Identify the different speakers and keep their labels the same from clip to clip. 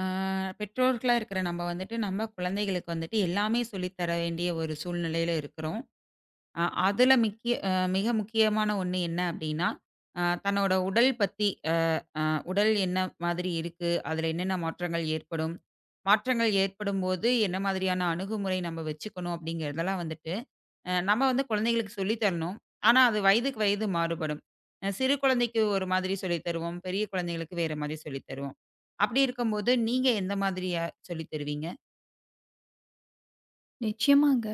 Speaker 1: ஆ பெற்றோர்களா இருக்கிற நம்ம வந்துட்டு, நம்ம குழந்தைகளுக்கு வந்துட்டு எல்லாமே சொல்லி தர வேண்டிய ஒரு சூழ்நிலையில இருக்கிறோம். அதுல மிக முக்கியமான ஒண்ணு என்ன அப்டின்னா, தன்னோட உடல் பத்தி அ அ உடல் என்ன மாதிரி இருக்கு? அதுல என்னென்ன மாற்றங்கள் ஏற்படும்? மாற்றங்கள் ஏற்படும்போது என்ன மாதிரியான அணுகுமுறை நம்ம வச்சுக்கணும்? அப்டிங்கிறதெல்லாம் வந்துட்டு, நம்ம வந்து குழந்தைகளுக்கு சொல்லி தரணும். ஆனா, அது வயதுக்கு வயது மாறுபடும். சிறு குழந்தைக்கு ஒரு மாதிரி சொல்லி தருவோம். பெரிய குழந்தைகளுக்கு வேற மாதிரி சொல்லி தருவோம். அப்டி இருக்கும்போது, நீங்க எந்த மாதிரியா சொல்லி தருவீங்க?
Speaker 2: நிச்சயமாங்க.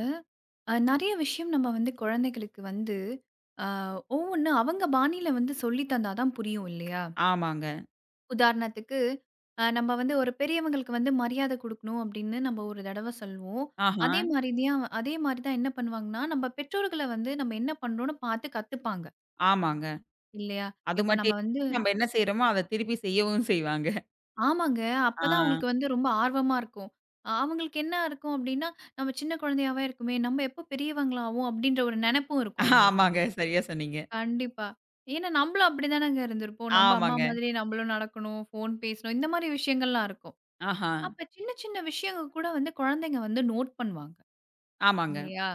Speaker 2: நெறைய விஷயம் நம்ம வந்து குழந்தைகளுக்கு வந்து, அ ஒவ்வொண்ணு அவங்க பாணியில வந்து சொல்லி தந்தா தான் புரியும் இல்லையா?
Speaker 1: ஆமாங்க.
Speaker 2: உதாரணத்துக்கு, நம்ம வந்து ஒரு பெரியவங்களுக்கு வந்து மரியாதை குடுக்கணும் அப்படின்னு நம்ம ஒரு தடவ சொல்லுவோம்.
Speaker 1: ஆஹா.
Speaker 2: அதே மாரி தான் என்ன பண்ணுவாங்கன்னா, நம்ம பெற்றோர்கள வந்து நம்ம என்ன பண்றோம்ன்னு பார்த்து கத்துப்பாங்க,
Speaker 1: ஆமாங்க.
Speaker 2: இல்லையா?
Speaker 1: அது
Speaker 2: இப்ப
Speaker 1: மட்டும்
Speaker 2: நம்ம வந்து
Speaker 1: இல்லாம நம்ம என்ன செய்றோமோ, அத திருப்பி செய்யவும் செய்வாங்க.
Speaker 2: ஆமாங்க.
Speaker 1: ஆ.
Speaker 2: அப்பதான் அவங்களுக்கு வந்து ரொம்ப ஆர்வமா இருக்கும். அவங்களுக்கு என்ன இருக்கும் அப்படின்னா, நம்ம சின்ன குழந்தையாவே இருக்குமே, நம்ம எப்போ பெரியவங்களாவோம் அப்படின்ற ஒரு நெனப்பும் இருக்கும் அவங்களுக்கு.
Speaker 1: ஆமாங்க. சரியா சொன்னீங்க.
Speaker 2: கண்டிப்பா. ஏன்னா நம்மளும் அப்படிதானங்க இருந்திருப்போம். நம்ம அம்மா
Speaker 1: ஆமாங்க.
Speaker 2: மாதிரி நம்மளும் நடக்கணும், ஃபோன் பேசணும், இந்த மாதிரி விஷயங்கள்லாம் இருக்கும்.
Speaker 1: ஆஹா.
Speaker 2: அப்ப சின்ன சின்ன விஷயங்க கூட வந்து குழந்தைங்க வந்து நோட் பண்ணுவாங்க,
Speaker 1: ஆமாங்க,
Speaker 2: இல்லையா?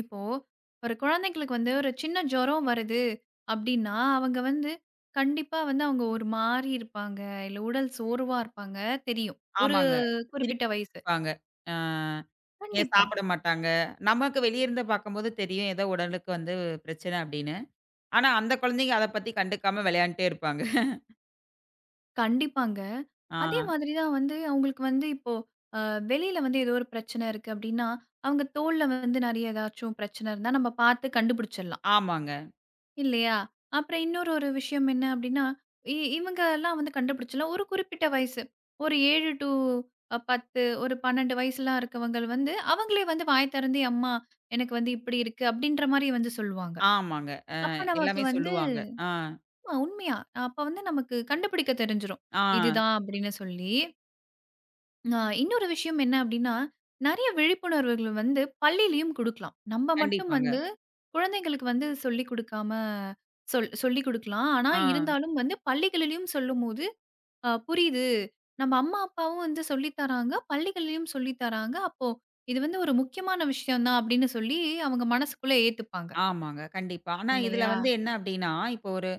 Speaker 2: இப்போ ஒரு குழந்தைங்களுக்கு வந்து ஒரு சின்ன ஜுரம் வருது அப்படின்னா, அவங்க வந்து கண்டிப்பா வந்து அவங்க ஒரு மாரி இருப்பாங்க, இல்ல உடல் சோர்வா இருப்பாங்க தெரியும். ஒரு
Speaker 1: ஆமாங்க.
Speaker 2: குறிப்பிட்ட வயசு.
Speaker 1: திருப்பிப்பாங்க. ஆ ஏன்
Speaker 2: கண்டிப்பா.
Speaker 1: சாப்பிட மாட்டாங்க. நமக்கு வெளிய இருந்து பார்க்கும்போது தெரியும், ஏதோ உடலுக்கு வந்து பிரச்சனை அப்படின்னு. ஆனா, அந்த குழந்தைங்க அத பத்தி கண்டுக்காம விளையாண்ட்டே இருப்பாங்க.
Speaker 2: கண்டிப்பாங்க.
Speaker 1: ஆ.
Speaker 2: அதே மாதிரி தான் வந்து அவங்களுக்கு வந்து இப்போ அ வெளியில வந்து ஏதோ ஒரு பிரச்சனை இருக்கு அப்டின்னா, அவங்க தோள்ல வந்து நெறைய ஏதாச்சும் பிரச்சனை இருந்தா நம்ம பார்த்து கண்டுபிடிச்சிடலாம்.
Speaker 1: ஆமாங்க,
Speaker 2: இல்லையா? அப்புறம் இன்னொரு ஒரு விஷயம் என்ன அப்டின்னா, இவங்கலாம் வந்து கண்டுபிடிச்சலாம். ஒரு குறிப்பிட்ட வயசு. ஒரு 7 டூ 10, ஒரு 12 வயசுலாம் இருக்கவங்க வந்து அவங்களே வந்து வாய் திறந்து, "அம்மா எனக்கு வந்து இப்டி இருக்கு" அப்டின்ற மாரி வந்து சொல்லுவாங்க.
Speaker 1: ஆமாங்க.
Speaker 2: அப்ப நமக்கு
Speaker 1: எல்லாமே
Speaker 2: வந்து
Speaker 1: சொல்லுவாங்க. ஆ,
Speaker 2: உண்மையா. அப்ப வந்து நமக்கு கண்டுபிடிக்க தெரிஞ்சிரும்.
Speaker 1: ஆ.
Speaker 2: இதுதான் அப்டின்னு சொல்லி ஆ இன்னொரு விஷயம் என்ன அப்டின்னா, நெறைய விழிப்புணர்வுகள் வந்து பள்ளியிலயும் குடுக்கலாம். நம்ம மட்டும்
Speaker 1: கண்டிப்பாங்க.
Speaker 2: வந்து குழந்தைங்களுக்கு வந்து சொல்லிக் குடுக்காம சொல்லிக் குடுக்கலாம். ஆனா,
Speaker 1: ஆ.
Speaker 2: இருந்தாலும் வந்து பள்ளிகளிலும் சொல்லும்போது, புரியுது. நம்ம அம்மா, அப்பாவும் வந்து சொல்லி தராங்க. பள்ளிகள்லயும் சொல்லி தராங்க. அப்போ இது வந்து ஒரு முக்கியமான விஷயம் தான் அப்டின்னு சொல்லி அவங்க மனசுக்குள்ள ஏத்துப்பாங்க.
Speaker 1: ஆமாங்க. கண்டிப்பா. ஆனா இதுல
Speaker 2: இல்லையா?
Speaker 1: வந்து என்ன அப்டின்னா, இப்போ ஒரு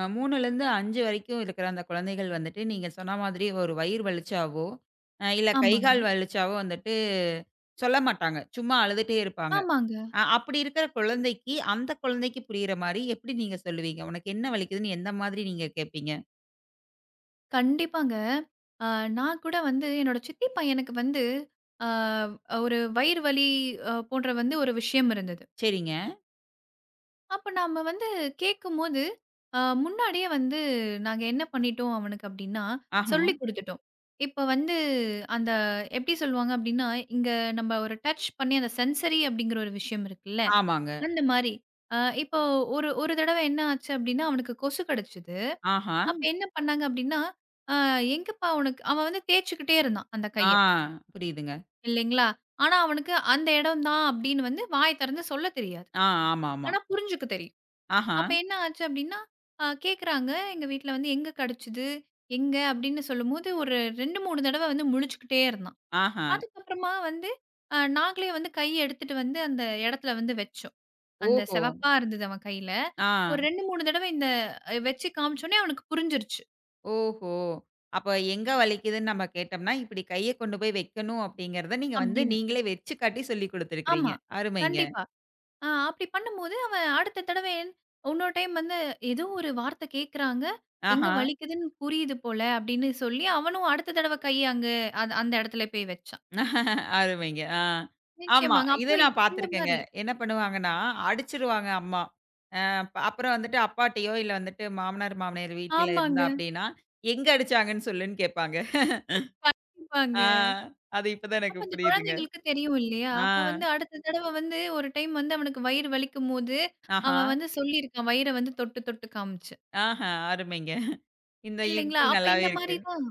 Speaker 1: 3லேருந்து 5 வரைக்கும் இருக்கிற அந்த குழந்தைகள் வந்துட்டு, நீங்க சொன்ன மாதிரி ஒரு வயிறு வலிச்சாவோ, இல்ல கை
Speaker 2: ஆமாங்க.
Speaker 1: கால் வலிச்சாவோ வந்துட்டு சொல்ல மாட்டாங்க. சும்மா அழுதுட்டே இருப்பாங்க.
Speaker 2: ஆமாங்க.
Speaker 1: அப்படி இருக்கிற குழந்தைக்கு, அந்த குழந்தைக்கு புரியிற மாரி எப்படி நீங்க சொல்லுவீங்க? "உனக்கு என்ன வலிக்குதுன்னு?" எந்த மாதிரி நீங்க கேட்பீங்க?
Speaker 2: கண்டிப்பாங்க. அ நான் கூட வந்து என்னோட சித்தி பையனுக்கு வந்து அ ஒரு வயிறு வலி போன்ற வந்து ஒரு விஷயம் இருந்தது.
Speaker 1: சரிங்க.
Speaker 2: அப்ப நாம வந்து கேட்கும்போது, முன்னாடியே வந்து நாங்க என்ன பண்ணிட்டோம் அவனுக்கு அப்டின்னா,
Speaker 1: ஆஹ.
Speaker 2: சொல்லிக் குடுத்துட்டோம். இப்ப வந்து அந்த எப்டி சொல்லுவாங்க அப்டின்னா, இங்க நம்ம ஒரு டச் பண்ணி அந்த சென்சரி அப்டிங்கிற ஒரு விஷயம் இருக்குல்ல,
Speaker 1: ஆமாங்க.
Speaker 2: அந்த மாரி. அ இப்போ ஒரு ஒரு தடவ என்ன ஆச்சு அப்டின்னா, அவனுக்கு கொசு கடிச்சது.
Speaker 1: ஆஹா.
Speaker 2: அப்ப என்ன பண்ணாங்க அப்படின்னா, "அ எங்கப்பா உனக்கு" அவன் வந்து தேய்ச்சுக்கிட்டே இருந்தான் அந்த
Speaker 1: ஆ.
Speaker 2: கைய,
Speaker 1: புரியுதுங்க.
Speaker 2: இல்லைங்களா? ஆனா அவனுக்கு அந்த இடம் தான் அப்படின்னு வந்து வாய திறந்து சொல்ல தெரியாது.
Speaker 1: ஆ. ஆமாமா.
Speaker 2: ஆனா புரிஞ்சுக்க தெரியும்.
Speaker 1: ஆஹா.
Speaker 2: அப்ப என்ன ஆச்சு அப்படின்னா, கேட்குறாங்க எங்க வீட்ல வந்து "எங்க கடிச்சுது? எங்க?" அப்படின்னு சொல்லும்போது ஒரு 2, 3 தடவ வந்து முழிச்சுக்கிட்டே இருந்தான்.
Speaker 1: ஆஹா.
Speaker 2: அதுக்கப்புறமா வந்து நாங்களே வந்து கை எடுத்துட்டு வந்து அந்த இடத்துல வந்து வச்சோம். அந்த
Speaker 1: ஓஹோ!
Speaker 2: செவப்பா இருந்தது அவன் கையில.
Speaker 1: ஆ.
Speaker 2: ஒரு 2, 3 தடவ இந்த வச்சு காமிச்சோனே அவனுக்கு புரிஞ்சிருச்சு
Speaker 1: ஓஹோ! அப்ப எங்க வலிக்குதுன்னு நம்ம கேட்டோம்னா, இப்டி கைய கொண்டு போய் வைக்கணும் அப்டிங்கிறத நீங்க வந்து
Speaker 2: அப்படின்னு.
Speaker 1: நீங்களே வச்சு காட்டி சொல்லிக்
Speaker 2: ஆமா.
Speaker 1: குடுத்துருக்கிறீங்க. அருமைங்க.
Speaker 2: கண்டிப்பா. ஆ அப்படி பண்ணும்போது, அவன் அடுத்த தடவ இன்னொரு டைம் வந்து ஏதோ ஒரு வார்த்தை கேட்குறாங்க. எங்க
Speaker 1: ஆஹா!
Speaker 2: வலிக்குதுன்னு புரியுது போல அப்படின்னு சொல்லி, அவனும் அடுத்த தடவ கைய அங்க அது அந்த இடத்துல போய் வச்சான்.
Speaker 1: அருமைங்க. ஆ. ஆமா.
Speaker 2: நிச்சயமாங்க.
Speaker 1: இத
Speaker 2: அப்போ இ-
Speaker 1: நான்
Speaker 2: இந்த
Speaker 1: பார்த்துருக்கேங்க.
Speaker 2: மாரி
Speaker 1: என்ன பண்ணுவாங்கன்னா, அடிச்சுருவாங்க அம்மா. அ அப்புறம் வந்துட்டு அப்பாட்டயோ இல்ல வந்துட்டு மாமனார், மாமியார் வீட்டில
Speaker 2: ஆமாங்க.
Speaker 1: இருந்தா அப்டின்னா, எங்க அடிச்சாங்கன்னு சொல்லுன்னு கேட்பாங்க.
Speaker 2: கண்டிப்பாங்க.
Speaker 1: ஆ அது இப்பதான்
Speaker 2: அப்ப
Speaker 1: எனக்கு
Speaker 2: அந்த
Speaker 1: புரியுதுங்க.
Speaker 2: குழந்தைங்களுக்கு தெரியும் இல்லையா? அப்ப
Speaker 1: ஆ.
Speaker 2: வந்து அடுத்த தடவ வந்து ஒரு டைம் வந்து அவனுக்கு வயிறு வலிக்கும்போது,
Speaker 1: ஆஹா!
Speaker 2: அவன் வந்து சொல்லியிருக்கான். வயிற வந்து தொட்டு தொட்டு காமிச்சு.
Speaker 1: ஆஹா! அருமைங்க. இந்த
Speaker 2: இல்லைங்களா?
Speaker 1: யுக்தி
Speaker 2: அப்ப
Speaker 1: நல்லாவே
Speaker 2: இந்த
Speaker 1: இருக்கு.
Speaker 2: மாரி தான்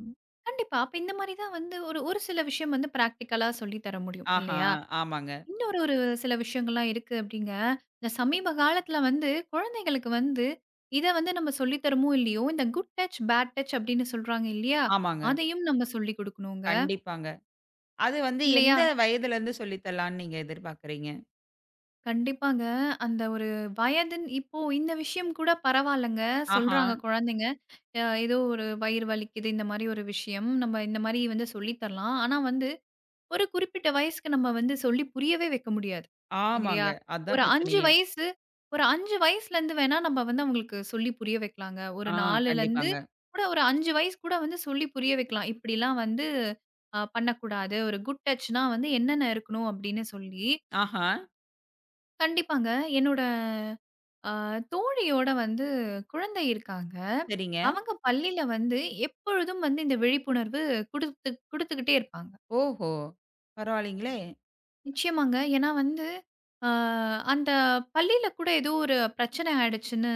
Speaker 2: கண்டிப்பா. அப்ப இந்த மாரி தான் வந்து ஒரு ஒரு சில விஷயம் வந்து பிராக்டிகலா சொல்லி தர முடியும்
Speaker 1: ஆஹா!
Speaker 2: இல்லையா?
Speaker 1: ஆமாங்க.
Speaker 2: இன்னொரு சில விஷயங்கள்லாம் இருக்கு அப்டிங்க. இந்த சமீப காலத்துல வந்து குழந்தைகளுக்கு வந்து, இத வந்து நம்ம சொல்லி தரமோ இல்லையோ, இந்த குட் டச், பேட் டச் அப்டின்னு சொல்றாங்க இல்லையா?
Speaker 1: ஆமாங்க.
Speaker 2: அதையும் நம்ம சொல்லிக் குடுக்கணுங்க.
Speaker 1: கண்டிப்பாங்க. அது வந்து
Speaker 2: இல்லையா?
Speaker 1: எந்த வயதுலருந்து சொல்லி தரலான்னு நீங்க எதிர்பார்க்குறீங்க?
Speaker 2: கண்டிப்பாங்க. அந்த ஒரு வயதுன் இப்போ இந்த விஷயம் கூட பரவால்லங்க.
Speaker 1: ஆஹா.
Speaker 2: சொல்றாங்க குழந்தைங்க. ஏதோ ஒரு வயிறு வலிக்குது இந்த மாரி ஒரு விஷயம். நம்ம இந்த மாரி வந்து சொல்லி தரலாம். ஆனா வந்து ஒரு குறிப்பிட்ட வயசுக்கு நம்ம வந்து சொல்லி புரியவே வைக்க முடியாது.
Speaker 1: ஆமாங்க.
Speaker 2: இல்லையா?
Speaker 1: அதான்
Speaker 2: ஒரு 5
Speaker 1: பிரச்சனையே.
Speaker 2: வயசு ஒரு 5 வயசுலேருந்து வேணா நம்ம வந்து அவங்களுக்கு சொல்லி புரிய வைக்கலாங்க. ஒரு
Speaker 1: ஆ
Speaker 2: 4லருந்து
Speaker 1: கண்டிப்பாங்க.
Speaker 2: கூட ஒரு 5 வயசு கூட வந்து சொல்லி புரிய வைக்கலாம். இப்படிலாம் வந்து பண்ணக்கூடாது. ஒரு குட் டச்னா வந்து என்னென்ன இருக்கணும் அப்படின்னு சொல்லி,
Speaker 1: ஆஹா.
Speaker 2: கண்டிப்பாங்க. என்னோட அ தோழியோட வந்து குழந்தை இருக்காங்க.
Speaker 1: சரிங்க.
Speaker 2: அவங்க பள்ளியில வந்து எப்பொழுதும் வந்து இந்த விழிப்புணர்வு குடுத்து குடுத்துக்கிட்டே இருப்பாங்க.
Speaker 1: ஓஹோ! பரவாயில்லைங்களே!
Speaker 2: நிச்சயமாங்க. ஏன்னா வந்து, அ அந்த பள்ளியில கூட ஏதோ ஒரு பிரச்சனை ஆயிடுச்சுன்னு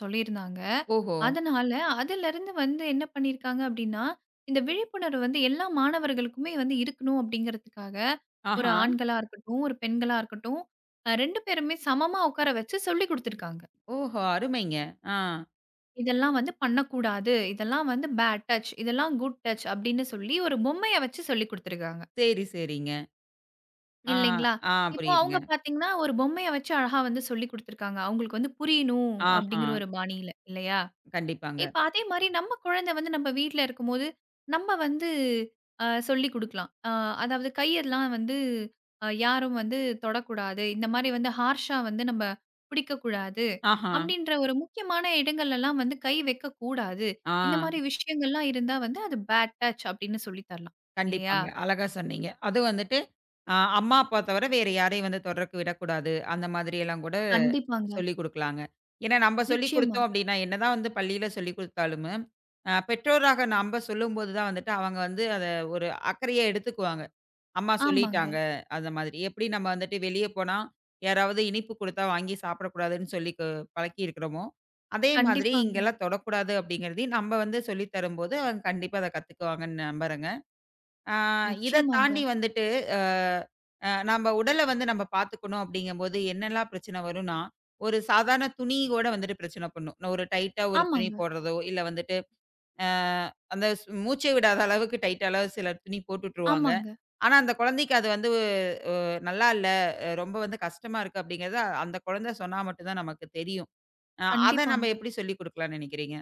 Speaker 2: சொல்லியிருந்தாங்க.
Speaker 1: ஓஹோ!
Speaker 2: அதனால அதிலருந்து வந்து என்ன பண்ணியிருக்காங்க அப்டின்னா, இந்த விழிப்புணர்வு வந்து எல்லா மாணவர்களுக்குமே வந்து இருக்கணும் அப்டிங்கிறதுக்காக, ஒரு
Speaker 1: ஆஹா.
Speaker 2: ஆண்களா இருக்கட்டும், ஒரு பெண்களா இருக்கட்டும், 2 பேருமே சமமா உட்கார வச்சு சொல்லிக் குடுத்துருக்காங்க.
Speaker 1: ஓஹோ! அருமைங்க. ஆ.
Speaker 2: இதெல்லாம் வந்து பண்ணக்கூடாது. இதெல்லாம் வந்து பேட் டச். இதெல்லாம் குட் டச் அப்டின்னு சொல்லி ஒரு பொம்மைய வச்சு சொல்லிக் குடுத்துருக்காங்க.
Speaker 1: சரி, சரிங்க. ஆ,
Speaker 2: இல்லைங்களா?
Speaker 1: ஆ
Speaker 2: இப்போ
Speaker 1: புரியுதுங்க.
Speaker 2: அவங்க பார்த்தீங்கன்னா, ஒரு பொம்மைய வச்சு அழகா வந்து சொல்லிக் குடுத்துருக்காங்க. அவங்களுக்கு வந்து புரியணும்
Speaker 1: ஆஹா.
Speaker 2: அப்படிங்கிற ஒரு பாணியில, இல்லையா?
Speaker 1: கண்டிப்பாங்க.
Speaker 2: இப்ப அதே மாரி நம்ம குழந்தை வந்து நம்ம வீட்ல இருக்கும்போது, நம்ம வந்து சொல்லிக் குடுக்கலாம். அதாவது கையெல்லாம் வந்து யாரும் வந்து தொடக்கூடாது. இந்த மாரி வந்து ஹார்ஷா வந்து நம்ம பிடிக்கக்கூடாது.
Speaker 1: ஆஹா.
Speaker 2: அப்படின்ற ஒரு முக்கியமான இடங்கள்லலாம் வந்து கை வைக்கக்கூடாது.
Speaker 1: ஆ.
Speaker 2: இந்த மாரி விஷயங்கள்லாம் இருந்தா வந்து அது பேட் டச் அப்படின்னு சொல்லி தரலாம். இல்லையா?
Speaker 1: கண்டிப்பாங்க. அழகா சொன்னீங்க. அது வந்துட்டு அம்மா, அப்பா தவிர வேற யாரையும் வந்து தொடறக்கு விடக்கூடாது. அந்த மாதிரியெல்லாம் கூட
Speaker 2: கண்டிப்பாங்க.
Speaker 1: சொல்லிக் குடுக்கலாங்க. ஏன்னா நம்ப சொல்லிக்
Speaker 2: நிச்சயமா.
Speaker 1: குடுத்தோம் அப்டின்னா, என்னதான் வந்து பள்ளியில சொல்லிக் குடுத்தாலும், பெற்றோராக நம்ப சொல்லும்போது தான் வந்துட்டு அவங்க வந்து அத ஒரு அக்கறையா எடுத்துக்குவாங்க. அம்மா
Speaker 2: ஆமாங்க.
Speaker 1: சொல்லிட்டாங்க அந்த மாதிரி. எப்படி நம்ம வந்துட்டு வெளிய போனா, யாராவது இனிப்பு குடுத்தா வாங்கி சாப்பிடக்கூடாதுன்னு சொல்லி பழக்கியிருக்கிறோமோ, அதே மாதிரி
Speaker 2: கண்டிப்பாங்க.
Speaker 1: இங்கெல்லாம் தொடக்கூடாது அப்படிங்கிறதையும் நம்ப வந்து சொல்லி தரும்போது அவங்க கண்டிப்பா அத கத்துக்குவாங்கன்னு நம்பறேங்க. ஆ இத
Speaker 2: நிச்சயமாங்க.
Speaker 1: தாண்டி வந்துட்டு, அ அ நம்ம உடல வந்து நம்ம பார்த்துக்கணும் அப்படிங்கும்போது என்னெல்லாம் பிரச்சனை வரும்னா, ஒரு சாதாரண துணி கூட வந்துட்டு பிரச்சனை பண்ணும். நான் ஒரு டைட்டா ஒரு துணி
Speaker 2: ஆமாங்க,
Speaker 1: போடுறதோ, இல்ல வந்துட்டு அ அந்த மூச்சே விடாத அளவுக்கு டைட்டாலாம் சிலர் துணி போட்டு விட்டுருவாங்க.
Speaker 2: ஆமாங்க.
Speaker 1: ஆனா அந்த குழந்தைக்கு அது வந்து அ நல்லா இல்ல, ரொம்ப வந்து கஷ்டமா இருக்கு அப்படிங்கிறத அந்த குழந்தை சொன்னா மட்டும் தான் நமக்கு தெரியும். அத நம்ம
Speaker 2: கண்டிப்பாங்க.
Speaker 1: எப்படி சொல்லிக் குடுக்கலாம்னு நினைக்கிறீங்க?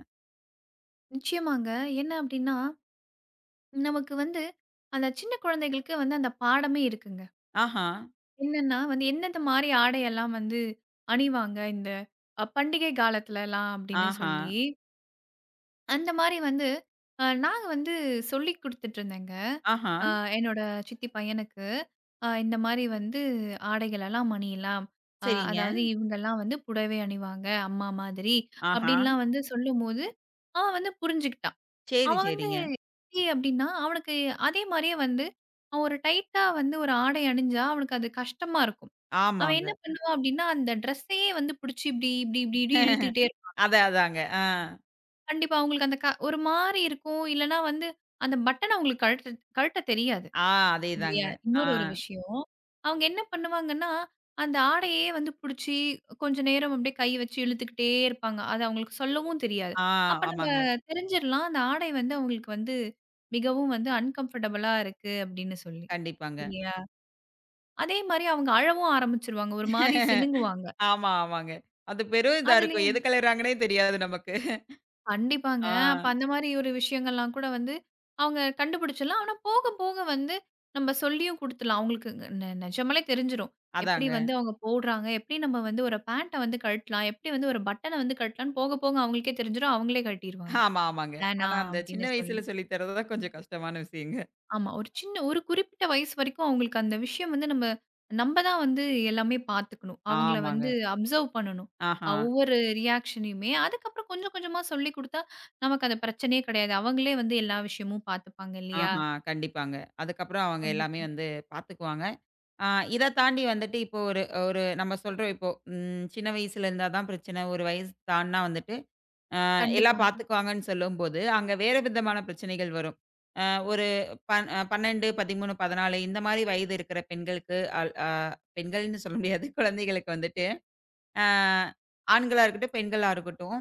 Speaker 2: நிச்சயமாங்க. என்ன அப்டின்னா, நமக்கு வந்து அந்த சின்ன குழந்தைகளுக்கு வந்து அந்த பாடமே இருக்குங்க.
Speaker 1: ஆஹா,
Speaker 2: என்னன்னா வந்து எந்தெந்த மாரி ஆடையெல்லாம் வந்து அணிவாங்க இந்த பண்டிகை காலத்துலலாம் அப்டின்னு
Speaker 1: ஆஹா,
Speaker 2: சொல்லி. அந்த மாரி வந்து நாங்க வந்து சொல்லிக் குடுத்துட்டுருந்தேங்க.
Speaker 1: ஆஹா.
Speaker 2: அ என்னோட சித்தி பையனுக்கு, இந்த மாரி வந்து ஆடைகளெல்லாம் அணியலாம்.
Speaker 1: சரிங்க.
Speaker 2: அதாவது இவங்கலாம் வந்து புடவை அணிவாங்க, அம்மா மாதிரி.
Speaker 1: ஆஹா.
Speaker 2: அப்டின்லாம் வந்து சொல்லும்போது, அவன் வந்து புரிஞ்சுக்கிட்டான்.
Speaker 1: சரி,
Speaker 2: அவன் வந்து
Speaker 1: சரிங்க.
Speaker 2: எப்படி அப்டின்னா, அவனுக்கு அதே மாரியே வந்து அவன் ஒரு டைட்டா வந்து ஒரு ஆடை அணிஞ்சா அவனுக்கு அது கஷ்டமா இருக்கும். அவன்
Speaker 1: ஆமாங்க.
Speaker 2: என்ன பண்ணுவான் அப்டின்னா, அந்த ட்ரெஸ்ஸையே வந்து புடிச்சு இப்டி, இப்டி, இப்டி, இப்டி இழுத்துக்கிட்டே
Speaker 1: அதான் அதாங்க. ஆ.
Speaker 2: கண்டிப்பா. அவங்களுக்கு அந்த க ஒரு மாரி இருக்கும். இல்லன்னா வந்து அந்த பட்டன அவங்களுக்கு கழட்ட கழட்ட தெரியாது.
Speaker 1: ஆ அதேதாங்க.
Speaker 2: இல்லையா?
Speaker 1: ஆ.
Speaker 2: இன்னொரு ஒரு விஷயம். அவங்க என்ன பண்ணுவாங்கன்னா, அந்த ஆடையே வந்து புடிச்சு கொஞ்ச நேரம் அப்படியே கை வச்சு இழுத்துக்கிட்டே இருப்பாங்க. அது அவங்களுக்கு சொல்லவும் தெரியாது.
Speaker 1: ஆ
Speaker 2: அப்ப நம்ம
Speaker 1: ஆமாங்க.
Speaker 2: தெரிஞ்சிரலாம். அந்த ஆடை வந்து அவங்களுக்கு வந்து மிகவும் வந்து அன்கம்ஃபர்டபுளா இருக்கு அப்படின்னு சொல்லி.
Speaker 1: கண்டிப்பாங்க.
Speaker 2: இல்லையா? அதே மாரி அவங்க அழவும் ஆரம்பிச்சுருவாங்க. ஒரு மாரி சிணுங்குவாங்க.
Speaker 1: ஆமா, ஆமாங்க. அது பெரும் இதா இருக்கும்.
Speaker 2: அதுலயே
Speaker 1: எதுக்கு அழுறாங்கன்னே தெரியாது நமக்கு.
Speaker 2: கண்டிப்பாங்க.
Speaker 1: ஆ
Speaker 2: அப்ப அந்த மாரி ஒரு விஷயங்கள்லாம் கூட வந்து அவங்க கண்டுபிடிச்சிடலாம். ஆனா போக போக வந்து நம்ம சொல்லியும் குடுத்துடலாம். அவங்களுக்கு நெஜமாலே தெரிஞ்சிரும். எப்படி
Speaker 1: அதாங்க.
Speaker 2: வந்து அவங்க போடுறாங்க, எப்படி நம்ம வந்து ஒரு பேண்ட்ட வந்து கழட்டலாம், எப்படி வந்து ஒரு பட்டன வந்து கழட்டலாம்ன்னு போக போக அவங்களுக்கே தெரிஞ்சிரும். அவங்களே கழட்டிருவாங்க.
Speaker 1: ஆமா, ஆமாங்க. ஆனா
Speaker 2: வேணாம்
Speaker 1: அந்த சின்ன
Speaker 2: அப்படின்னு சொல்லி.
Speaker 1: வயசுல சொல்லி தர்றது தான் கொஞ்சம் கஷ்டமான விஷயங்க.
Speaker 2: ஆமா. ஒரு சின்ன ஒரு குறிப்பிட்ட வயசு வரைக்கும் அவங்களுக்கு அந்த விஷயம் வந்து நம்ம நம்ப தான் வந்து எல்லாமே பார்த்துக்கணும். அவங்கள
Speaker 1: ஆமாங்க.
Speaker 2: வந்து அப்சர்வ் பண்ணணும்.
Speaker 1: ஆஹா,
Speaker 2: ஒவ்வொரு ரியாக்ஷனையுமே. அதுக்கப்புறம் கொஞ்சம் கொஞ்சமா சொல்லிக் குடுத்தா, நமக்கு அந்த பிரச்சனையே கிடையாது. அவங்களே வந்து எல்லா விஷயமும் பார்த்துப்பாங்க இல்லையா?
Speaker 1: ஆஹா. கண்டிப்பாங்க. அதுக்கப்புறம் அவங்க எல்லாமே
Speaker 2: கண்டிப்பா.
Speaker 1: வந்து பார்த்துக்குவாங்க. ஆ இத தாண்டி வந்துட்டு இப்போ ஒரு ஒரு நம்ம சொல்றோம் இப்போ சின்ன வயசுல இருந்தா தான் பிரச்சனை. ஒரு வயசு தாண்டுனா வந்துட்டு எல்லாம்
Speaker 2: கண்டிப்பாங்க.
Speaker 1: பார்த்துக்குவாங்கன்னு சொல்லும்போது, அங்க வேற விதமான பிரச்சனைகள் வரும். அ ஒரு 12, 13, 14 இந்த மாரி வயது இருக்கிற பெண்களுக்கு அல் அ பெண்கள்ன்னு சொல்ல முடியாது. குழந்தைகளுக்கு வந்துட்டு ஆ ஆண்களா இருக்கட்டும், பெண்களா இருக்கட்டும்.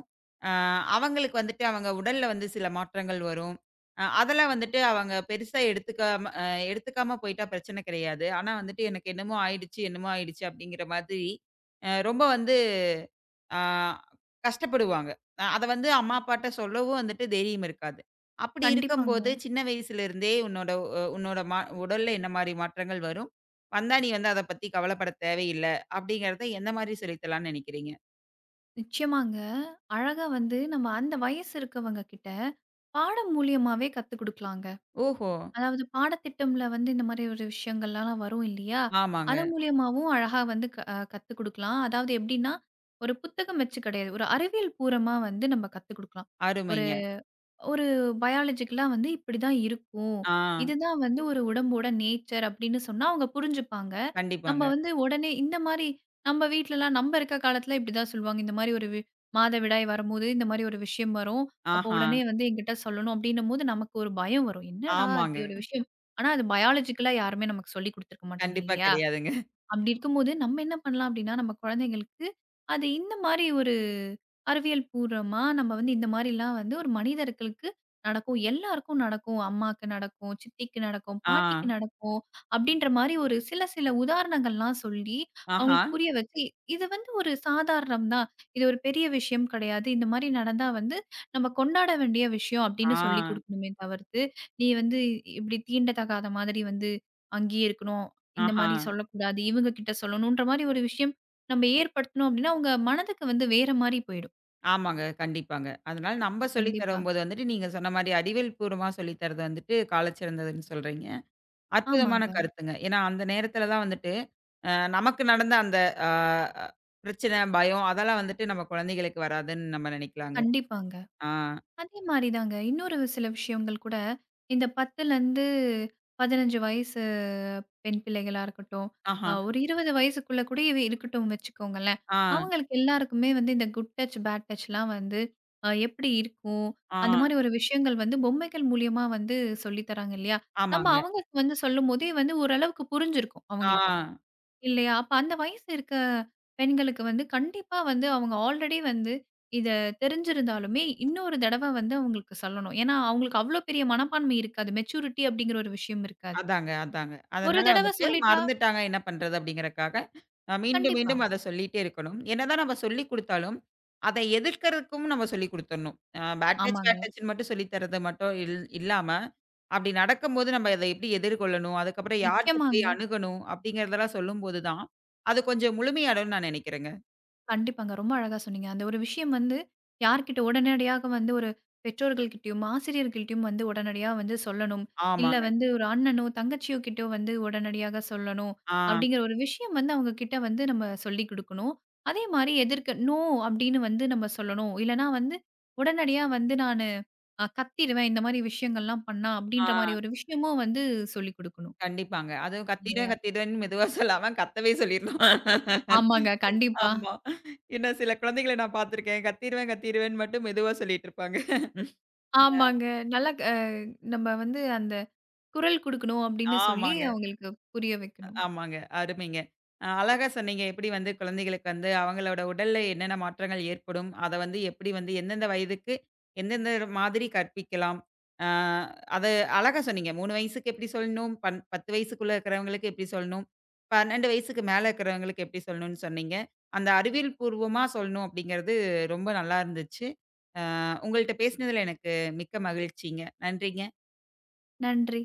Speaker 1: ஆ அவங்களுக்கு வந்துட்டு அவங்க உடல்ல வந்து சில மாற்றங்கள் வரும். அதெல்லாம் வந்துட்டு அவங்க பெருசா எடுத்துக்காம எடுத்துக்காம போயிட்டா பிரச்சனை கிடையாது. ஆனா வந்துட்டு எனக்கு என்னமோ ஆயிடுச்சு, என்னமோ ஆயிடுச்சு அப்படிங்கிற மாதிரி ரொம்ப வந்து ஆ கஷ்டப்படுவாங்க. அத வந்து அம்மா, அப்பாட்ட சொல்லவும் வந்துட்டு தைரியம் இருக்காது. அப்படி இருக்கும்போது
Speaker 2: கண்டிப்பாங்க.
Speaker 1: சின்ன வயசுலருந்தே உன்னோட உ உன்னோட மா உடல்ல என்ன மாரி மாற்றங்கள் வரும்? வந்தா நீ வந்து அத பத்தி கவலைப்பட தேவையில்ல. அப்படிங்கிறத எந்த மாரி சொல்லித்தலாம்னு நெனைக்கிறீங்க?
Speaker 2: நிச்சயமாங்க. அழகா வந்து நம்ம அந்த வயசு இருக்கவங்க கிட்ட பாடம் மூலியமாவே கத்துக் குடுக்கலாங்க.
Speaker 1: ஓஹோ!
Speaker 2: அதாவது பாடத்திட்டம்ல வந்து இந்த மாரி ஒரு விஷயங்கள்லாம் வரும் இல்லையா? அது
Speaker 1: ஆமாங்க.
Speaker 2: மூலியமாவும் அழகா வந்து க அ கத்துக் குடுக்கலாம். அதாவது எப்படின்னா, ஒரு புத்தகம் வச்சு கிடையாது. ஒரு அறிவியல் பூர்வமா வந்து நம்ம கத்துக் குடுக்கலாம்.
Speaker 1: அருமைங்க.
Speaker 2: ஒரு பயாலஜிக்கலா வந்து இப்படிதான் இருக்கும்.
Speaker 1: ஆ.
Speaker 2: இதுதான் வந்து ஒரு உடம்போட நேச்சர் அப்படின்னு சொன்னா அவங்க புரிஞ்சுப்பாங்க. நம்ம
Speaker 1: கண்டிப்பாங்க.
Speaker 2: வந்து உடனே இந்த மாரி நம்ம வீட்லலாம் நம்ம இருக்க காலத்துல இப்படிதான் சொல்லுவாங்க. இந்த மாரி ஒரு மாதவிடாய் வரும்போது இந்த மாரி ஒரு விஷயம் வரும். அப்போ
Speaker 1: ஆஹா.
Speaker 2: உடனே வந்து என்கிட்ட சொல்லணும் அப்படின்னும்போது நமக்கு ஒரு பயம் வரும். என்னடா
Speaker 1: ஆமாங்க.
Speaker 2: இப்படி ஒரு விஷயம். ஆனா அது பயாலஜிக்கலா யாருமே நமக்கு சொல்லிக் குடுத்துருக்க மாட்டாங்க
Speaker 1: கண்டிப்பா
Speaker 2: இல்லையா?
Speaker 1: கிடையாதுங்க.
Speaker 2: அப்படி இருக்கும்போது, நம்ம என்ன பண்ணலாம் அப்படின்னா, நம்ம குழந்தைங்களுக்கு அது இந்த மாரி ஒரு அறிவியல் பூர்வமா நம்ம வந்து இந்த மாரிலாம் வந்து ஒரு மனிதர்களுக்கு நடக்கும். எல்லாருக்கும் நடக்கும். அம்மாக்கு நடக்கும், சித்திக்கு நடக்கும்,
Speaker 1: ஆ.
Speaker 2: பாட்டிக்கு நடக்கும். அப்படின்ற மாரி ஒரு சில சில உதாரணங்கள்லாம் சொல்லி,
Speaker 1: ஆஹா.
Speaker 2: அவங்களுக்கு புரிய வச்சு, இது வந்து ஒரு சாதாரணம் தான். இது ஒரு பெரிய விஷயம் கிடையாது. இந்த மாரி நடந்தா வந்து நம்ம கொண்டாட வேண்டிய விஷயம்
Speaker 1: ஆ.
Speaker 2: அப்படின்னு சொல்லிக் குடுக்கணுமே தவிர்த்து, நீ வந்து இப்படி தீண்டத்தகாத மாதிரி வந்து அங்கேயே இருக்கணும். இந்த
Speaker 1: ஆஹா.
Speaker 2: மாரி சொல்லக்கூடாது. இவங்க கிட்ட சொல்லணுன்ற மாரி ஒரு விஷயம் நம்ம ஏற்படுத்தனோம் அப்டின்னா, அவங்க மனதுக்கு வந்து வேற மாரி போயிடும்.
Speaker 1: ஆமாங்க. கண்டிப்பாங்க. அதனால நம்ப சொல்லி
Speaker 2: கண்டிப்பா.
Speaker 1: தரும்போது வந்துட்டு, நீங்க சொன்ன மாரி அறிவியல் பூர்வமா சொல்லி தர்றது வந்துட்டு காலச்சிறந்ததுன்னு சொல்றீங்க. அற்புதமான
Speaker 2: ஆமாங்க.
Speaker 1: கருத்துங்க. ஏன்னா, அந்த நேரத்தில தான் வந்துட்டு, நமக்கு நடந்த அந்த அ அ பிரச்சனை, பயம் அதெல்லாம் வந்துட்டு நம்ம குழந்தைகளுக்கு வராதுன்னு நம்ம நெனைக்கலாங்க.
Speaker 2: கண்டிப்பாங்க.
Speaker 1: ஆ.
Speaker 2: அதே மாரி தாங்க. இன்னொரு சில விஷயங்கள் கூட, இந்த 10லருந்து 15 வயசு பெண் பிள்ளைகளா இருக்கட்டும்,
Speaker 1: ஆஹா.
Speaker 2: ஒரு 20 வயசுக்குள்ள கூட இவ இருக்கட்டும் வச்சுக்கோங்களேன்.
Speaker 1: ஆ.
Speaker 2: அவங்களுக்கு எல்லாருக்குமே வந்து இந்த குட் டச், பேட் டச்லாம் வந்து எப்படி இருக்கும்?
Speaker 1: ஆ.
Speaker 2: அந்த மாரி ஒரு விஷயங்கள் வந்து பொம்மைகள் மூலியமா வந்து சொல்லி தராங்க இல்லையா? நம்ம
Speaker 1: ஆமாங்க.
Speaker 2: அவங்க வந்து சொல்லும்போதே வந்து ஓரளவுக்கு புரிஞ்சிருக்கும்
Speaker 1: ஆ
Speaker 2: அவங்களுக்கு. இல்லையா? அப்ப அந்த வயசு இருக்க பெண்களுக்கு வந்து கண்டிப்பா வந்து அவங்க ஆல்ரெடி வந்து இத தெரிஞ்சிருந்தாலுமே, இன்னொரு தடவ வந்து அவங்களுக்கு சொல்லணும். ஏன்னா, அவங்களுக்கு அவ்ளோ பெரிய மனப்பான்மை இருக்காது. மெச்சூரிட்டி அப்படிங்கிற ஒரு விஷயம் இருக்காது.
Speaker 1: அதாங்க, அதாங்க.
Speaker 2: ஒரு
Speaker 1: அதனால
Speaker 2: தடவ
Speaker 1: வந்துட்டு
Speaker 2: சொல்லிட்டா
Speaker 1: மறந்துட்டாங்க என்ன பண்றது அப்படிங்கிறக்காக, மீண்டும்,
Speaker 2: கண்டிப்பா.
Speaker 1: மீண்டும் அத சொல்லிட்டே இருக்கணும். என்னதான் நம்ம சொல்லிக் குடுத்தாலும், அதை எதிர்க்கறதுக்கும் நம்ம சொல்லிக் குடுத்துடணும். பேட் டச், பேட்
Speaker 2: ஆமாங்க.
Speaker 1: டச்ன்னு மட்டும் சொல்லி தர்றது மட்டும் இல்லாம, அப்படி நடக்கும்போது நம்ம அதை எப்படி எதிர்கொள்ளணும், அதுக்கப்புறம் யார்ட்ட போய்
Speaker 2: நிச்சயமாங்க.
Speaker 1: அணுகணும் அப்படிங்கிறதெல்லாம் சொல்லும்போது தான், அது கொஞ்சம் முழுமையடையும்னு நான் நெனைக்கிறேங்க.
Speaker 2: கண்டிப்பாங்க. ரொம்ப அழகா சொன்னீங்க. அந்த ஒரு விஷயம் வந்து யார்கிட்ட உடனடியாக வந்து ஒரு பெற்றோர்கள்கிட்டயும், ஆசிரியர்கள்ட்டயும் வந்து உடனடியா வந்து சொல்லணும். இல்ல
Speaker 1: ஆமாங்க.
Speaker 2: வந்து ஒரு அண்ணனோ, தங்கச்சியோ கிட்டயோ வந்து உடனடியாக சொல்லணும்.
Speaker 1: ஆ,
Speaker 2: அப்படிங்கிற ஒரு விஷயம் வந்து அவங்க கிட்ட வந்து நம்ம சொல்லிக் குடுக்கணும். அதே மாரி எதிர்க்க "நோ" அப்படின்னு வந்து நம்ம சொல்லணும். இல்லனா வந்து உடனடியா வந்து நானு அ கத்திருவேன். இந்த மாரி விஷயங்கள்லாம் பண்ணா
Speaker 1: ஆ.
Speaker 2: அப்படின்ற மாரி ஒரு விஷயமும் வந்து சொல்லிக் குடுக்கணும்.
Speaker 1: கண்டிப்பாங்க. அதுவும் கத்திடுவேன்,
Speaker 2: இல்லையா?
Speaker 1: கத்திடுவேன்னு மெதுவா சொல்லாம கத்தவே சொல்லிரணும்.
Speaker 2: ஆமாங்க. கண்டிப்பா.
Speaker 1: ஆமா. ஏன்னா சில குழந்தைகள நான் பார்த்துருக்கேன். கத்திருவேன், கத்திருவேன்னு மட்டும் மெதுவா சொல்லிட்டு இருப்பாங்க. அ
Speaker 2: ஆமாங்க. நல்லா க நம்ம வந்து அந்த குரல் குடுக்கணும் அப்படின்னு சொல்லி
Speaker 1: ஆமாங்க,
Speaker 2: அவங்களுக்கு புரிய வைக்கணும்.
Speaker 1: ஆமாங்க. அருமைங்க. அழகா சொன்னீங்க. எப்படி வந்து குழந்தைகளுக்கு வந்து அவங்களோட உடல்ல என்னென்ன மாற்றங்கள் ஏற்படும்? அத வந்து எப்படி வந்து எந்தெந்த வயதுக்கு, எந்தெந்த மாதிரி கற்பிக்கலாம்? அ அத அழகா சொன்னீங்க. 3 வயசுக்கு எப்படி சொல்லணும்? 10 வயசுக்குள்ள இருக்கிறவங்களுக்கு எப்படி சொல்லணும்? 12 வயசுக்கு மேல இருக்கிறவங்களுக்கு எப்படி சொல்லணும்னு சொன்னீங்க. அந்த அறிவியல் பூர்வமா சொல்லணும் அப்படிங்கிறது ரொம்ப நல்லா இருந்துச்சு. உங்கள்ட்ட பேசினதுல எனக்கு மிக்க மகிழ்ச்சிங்க. நன்றிங்க.
Speaker 2: நன்றி.